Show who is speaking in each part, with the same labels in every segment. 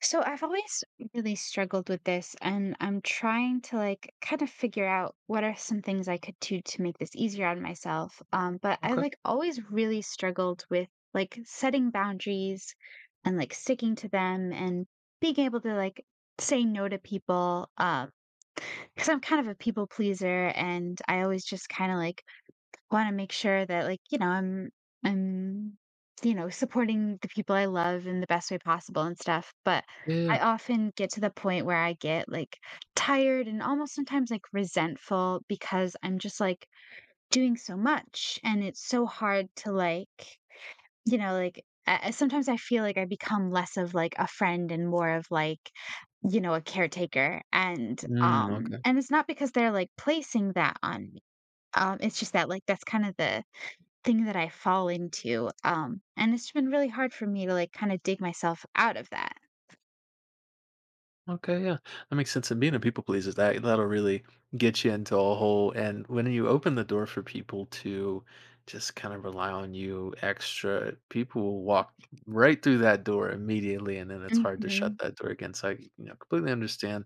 Speaker 1: So I've always really struggled with this, and I'm trying to like kind of figure out what are some things I could do to make this easier on myself. But I
Speaker 2: Okay.
Speaker 1: like always really struggled with like setting boundaries and like sticking to them and being able to like say no to people. Because I'm kind of a people pleaser, and I always just kind of like want to make sure that like you know I'm you know supporting the people I love in the best way possible, and stuff but
Speaker 2: Yeah. yeah,
Speaker 1: I often get to the point where I get like tired and almost sometimes like resentful because I'm just like doing so much and it's so hard to like you know like sometimes I feel like I become less of like a friend and more of like you know a caretaker and
Speaker 2: yeah.
Speaker 1: and it's not because they're like placing that on me. It's just that like that's kind of the thing that I fall into, and it's been really hard for me to, like, kinda dig myself out of that.
Speaker 2: Okay. Yeah. That makes sense. And being a people pleaser, that'll really get you into a hole. And when you open the door for people to just kind of rely on you extra, people will walk right through that door immediately, and then it's hard to shut
Speaker 1: Mhm,
Speaker 2: that door again. So I, you know, completely understand.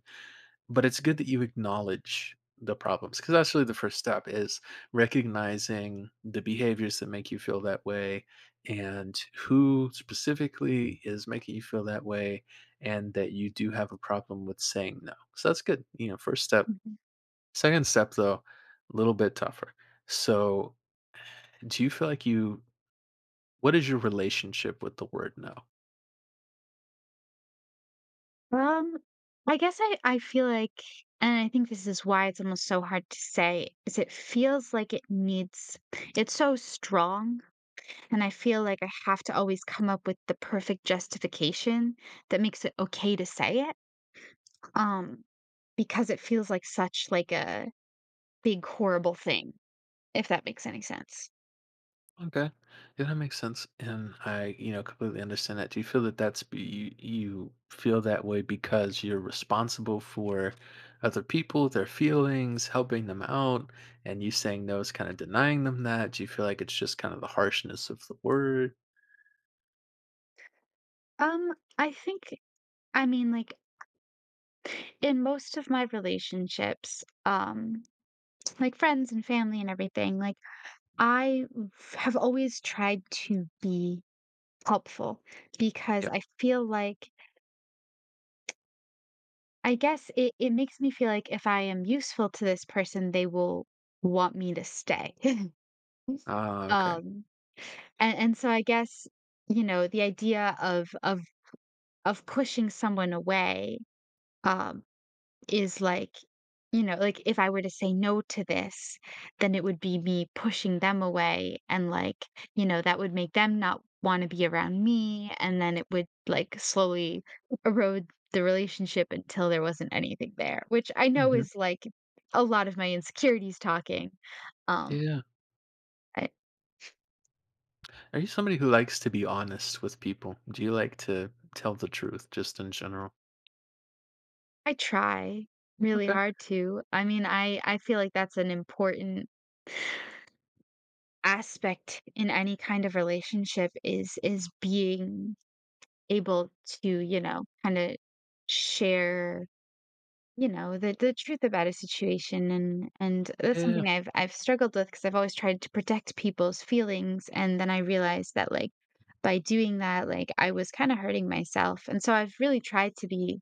Speaker 2: But it's good that you acknowledge the problems, because that's really the first step, is recognizing the behaviors that make you feel that way and who specifically is making you feel that way, and that you do have a problem with saying no. So that's good, you know, first step.
Speaker 1: mhm.
Speaker 2: Second step, though, a little bit tougher. So do you feel like you— what is your relationship with the word no?
Speaker 1: Um, I guess I feel like, and I think this is why it's almost so hard to say, is it feels like it needs, it's so strong, and I feel like I have to always come up with the perfect justification that makes it okay to say it, um, because it feels like such, like, a big, horrible thing, if that makes any sense.
Speaker 2: Okay. Yeah, that makes sense. And I, you know, completely understand that. Do you feel that that's be, you feel that way because you're responsible for other people, their feelings, helping them out, and you saying no is kind of denying them that? Do you feel like it's just kind of the harshness of the word?
Speaker 1: Um, I think I mean, like, in most of my relationships, like friends and family and everything, like, I f have always tried to be helpful because
Speaker 2: Yeah.
Speaker 1: I feel like I guess it makes me feel like if I am useful to this person, they will want me to stay.
Speaker 2: Ah, okay.
Speaker 1: Um, and so I guess, you know, the idea of of pushing someone away, um, is like, you know, like if I were to say no to this, then it would be me pushing them away and like, you know, that would make them not want to be around me, and then it would like slowly erode the relationship until there wasn't anything there, which I know
Speaker 2: Hmm.
Speaker 1: is like a lot of my insecurities talking. Um,
Speaker 2: Yeah. Are you somebody who likes to be honest with people? Do you like to tell the truth just in general?
Speaker 1: I try really
Speaker 2: Okay.
Speaker 1: hard to. I mean, I feel like that's an important aspect in any kind of relationship is being able to, you know, kinda share, you know, the truth about a situation, and that's
Speaker 2: Yeah.
Speaker 1: something I've struggled with because 'cause I've always tried to protect people's feelings, and then I realized that, like, by doing that, like, I was kinda hurting myself, and so I've really tried to be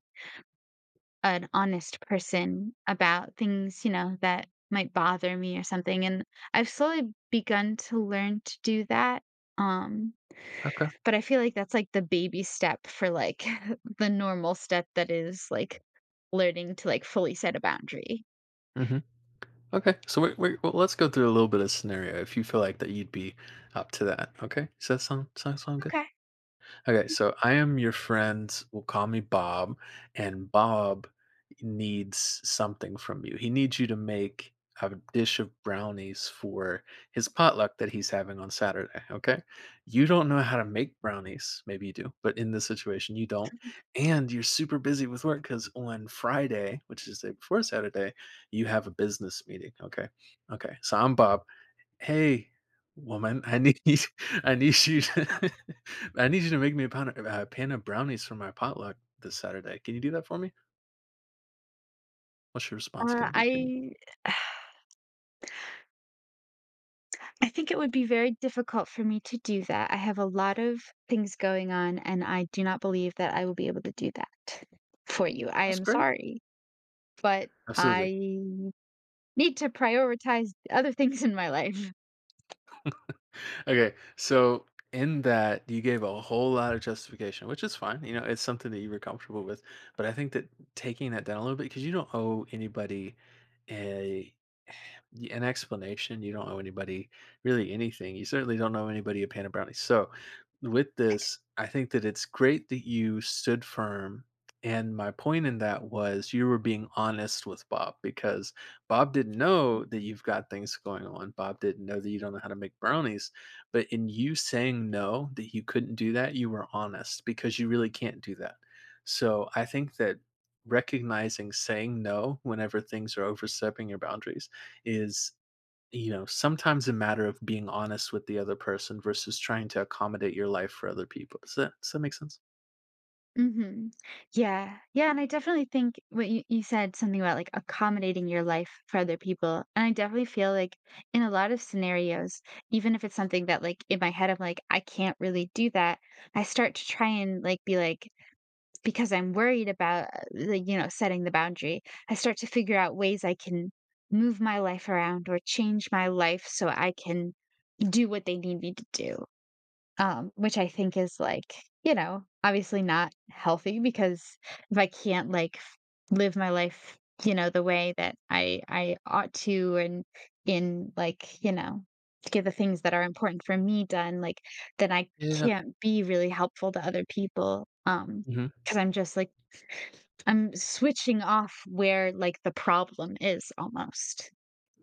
Speaker 1: an honest person about things, you know, that might bother me or something, and I've slowly begun to learn to do that, um,
Speaker 2: Okay.
Speaker 1: but I feel like that's, like, the baby step for, like, the normal step that is, like, learning to, like, fully set a boundary.
Speaker 2: Hmm. Okay, so wait, wait, well, let's go through a little bit of scenario if you feel like that you'd be up to that. Okay, does that sound good?
Speaker 1: Okay.
Speaker 2: Okay, so I am your friend. Will call me Bob, and Bob needs something from you. He needs you to make a dish of brownies for his potluck that he's having on Saturday. Okay, you don't know how to make brownies. Maybe you do, but in this situation, you don't. And you're super busy with work because on Friday, which is the day before Saturday, you have a business meeting. Okay, okay. So I'm Bob. "Hey, woman, I need I need you to I need you to make me a pan of brownies for my potluck this Saturday. Can you do that for me?" What's your response gonna be to me?
Speaker 1: I I think it would be very difficult for me to do that. I have a lot of things going on, and I do not believe that I will be able to do that for you. I
Speaker 2: "That's
Speaker 1: am
Speaker 2: great."
Speaker 1: sorry, but I
Speaker 2: Absolutely.
Speaker 1: need to prioritize other things in my life.
Speaker 2: Okay, so in that you gave a whole lot of justification, which is fine. You know, it's something that you were comfortable with. But I think that taking that down a little bit, because you don't owe anybody a an explanation. You don't owe anybody really anything. You certainly don't owe anybody a pan of brownies. So with this, I think that it's great that you stood firm. And my point in that was you were being honest with Bob, because Bob didn't know that you've got things going on. Bob didn't know that you don't know how to make brownies, but in you saying no, that you couldn't do that, you were honest because you really can't do that. So I think that recognizing saying no whenever things are overstepping your boundaries is, you know, sometimes a matter of being honest with the other person versus trying to accommodate your life for other people. Does that make sense?
Speaker 1: Mhm. Yeah. Yeah, and I definitely think what you said something about, like, accommodating your life for other people, and I definitely feel like in a lot of scenarios, even if it's something that, like, in my head, I'm like, "I can't really do that," I start to try and, like, be like, because I'm worried about, the, you know, setting the boundary, I start to figure out ways I can move my life around or change my life so I can do what they need me to do, which I think is like, you know, obviously not healthy because if I can't live my life, you know, the way that I ought to and in like, you know, get the things that are important for me done, like then I
Speaker 2: Yeah.
Speaker 1: can't be really helpful to other people.
Speaker 2: Mhm.
Speaker 1: Because I'm just like I'm switching off where like the problem is almost.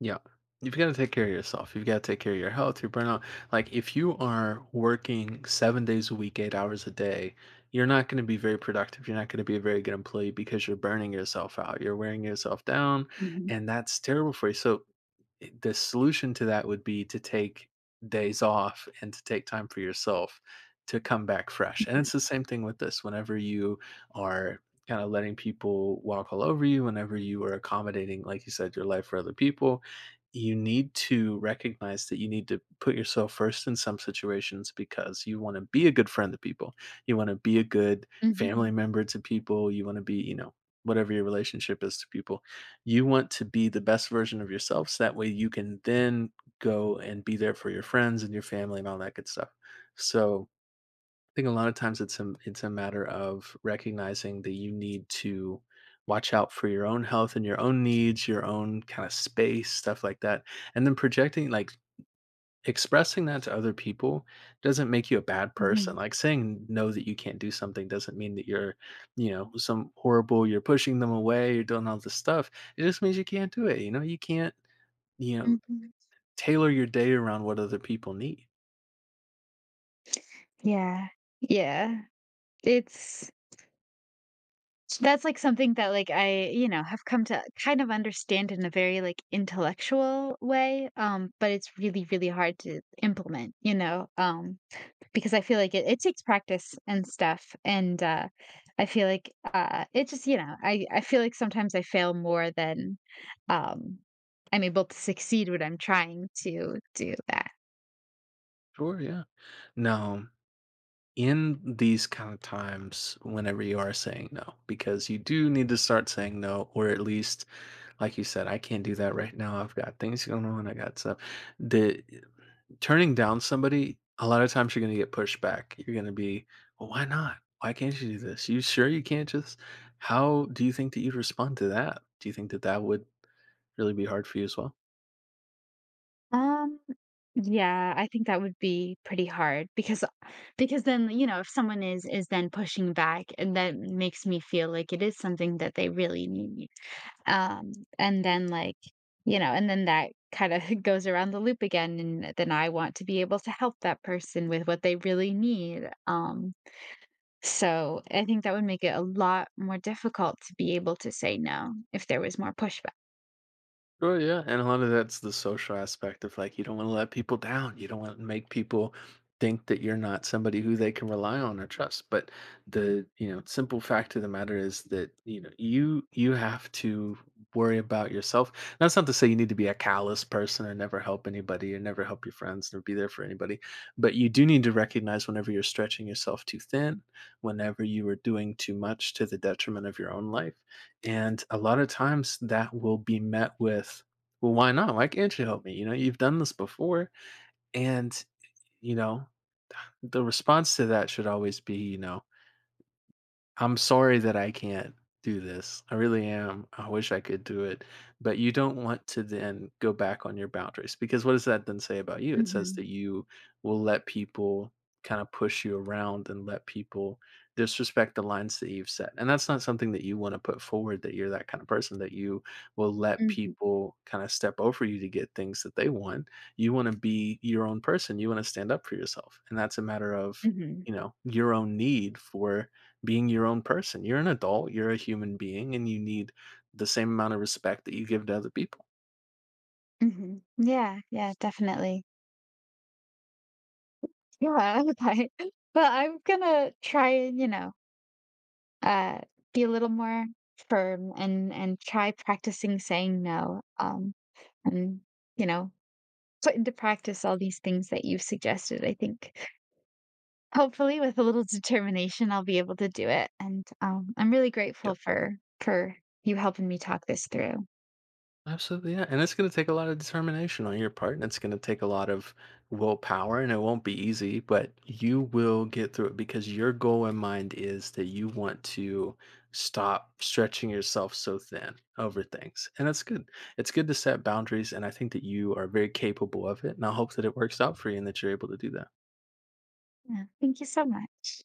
Speaker 2: Yeah. You've got to take care of yourself. You've got to take care of your health, your burnout. Like, if you are working 7 days a week, 8 hours a day, you're not going to be very productive. You're not going to be a very good employee because you're burning yourself out. You're wearing yourself down,
Speaker 1: Mhm.
Speaker 2: and that's terrible for you. So, the solution to that would be to take days off and to take time for yourself to come back fresh. And
Speaker 1: Mhm.
Speaker 2: it's the same thing with this. Whenever you are kind of letting people walk all over you, whenever you are accommodating, like you said, your life for other people, you need to recognize that you need to put yourself first in some situations because you want to be a good friend to people. You want to be a good family
Speaker 1: Hmm,
Speaker 2: member to people. You want to be, you know, whatever your relationship is to people, you want to be the best version of yourself so that way you can then go and be there for your friends and your family and all that good stuff. So I think a lot of times it's a matter of recognizing that you need to watch out for your own health and your own needs, your own kind of space, stuff like that. And then projecting like— expressing that to other people doesn't make you a bad person.
Speaker 1: hmm,
Speaker 2: Like, saying no that you can't do something doesn't mean that you're, you know, some horrible— you're pushing them away, you're doing all this stuff, it just means you can't do it, you know, you can't, you know,
Speaker 1: hmm.
Speaker 2: tailor your day around what other people need.
Speaker 1: Yeah. Yeah. It's That's, like, something that, like, I, you know, have come to kind of understand in a very, like, intellectual way, but it's really, really hard to implement, you know? Because I feel like it takes practice and stuff. And I feel like it just, you know, I feel like sometimes I fail more than, um, I'm able to succeed when I'm trying to do that.
Speaker 2: Sure, yeah. No. In these kind of times, whenever you are saying no, because you do need to start saying no, or at least, like you said, I can't do that right now. I've got things going on. I got stuff. The turning down somebody, a lot of times you're going to get pushed back. You're going to be, well, why not? Why can't you do this? You sure you can't just? How do you think that you'd respond to that? Do you think that that would really be hard for you as well?
Speaker 1: Um, yeah, I think that would be pretty hard because then, you know, if someone is then pushing back, and that makes me feel like it is something that they really need. Um, and then like, you know, and then that kind of goes around the loop again, and then I want to be able to help that person with what they really need. So I think that would make it a lot more difficult to be able to say no if there was more pushback.
Speaker 2: Sure, yeah, and a lot of that's the social aspect of like you don't want to let people down. You don't want to make people think that you're not somebody who they can rely on or trust. But the, you know, simple fact of the matter is that, you know, you have to worry about yourself. That's not to say you need to be a callous person or never help anybody or never help your friends or be there for anybody. But you do need to recognize whenever you're stretching yourself too thin, whenever you are doing too much to the detriment of your own life, and a lot of times that will be met with, "Well, why not? Why can't you help me? You know, you've done this before." And, you know, the response to that should always be, you know, I'm sorry that I can't do this. I really am. I wish I could do it. But you don't want to then go back on your boundaries, because what does that then say about you? It says
Speaker 1: Mhm.
Speaker 2: that you will let people kind of push you around and let people disrespect the lines that you've set. And that's not something that you want to put forward, that you're that kind of person, that you will let
Speaker 1: Mhm.
Speaker 2: people kind of step over you to get things that they want. You want to be your own person. You want to stand up for yourself. And that's a matter of,
Speaker 1: Mhm.
Speaker 2: you know, your own need for being your own person. You're an adult, you're a human being, and you need the same amount of respect that you give to other people.
Speaker 1: Mhm. Yeah, yeah, definitely. Yeah, okay. But I'm gonna try and, you know, uh, be a little more firm and try practicing saying no. And you know, put into practice all these things that you've suggested. I think hopefully with a little determination, I'll be able to do it. And I'm really grateful
Speaker 2: Yep.
Speaker 1: for you helping me talk this through.
Speaker 2: Absolutely, yeah. And it's going to take a lot of determination on your part, and it's going to take a lot of willpower, and it won't be easy, but you will get through it because your goal in mind is that you want to stop stretching yourself so thin over things. And that's good. It's good to set boundaries, and I think that you are very capable of it. And I hope that it works out for you and that you're able to do that.
Speaker 1: Yeah, thank you so much.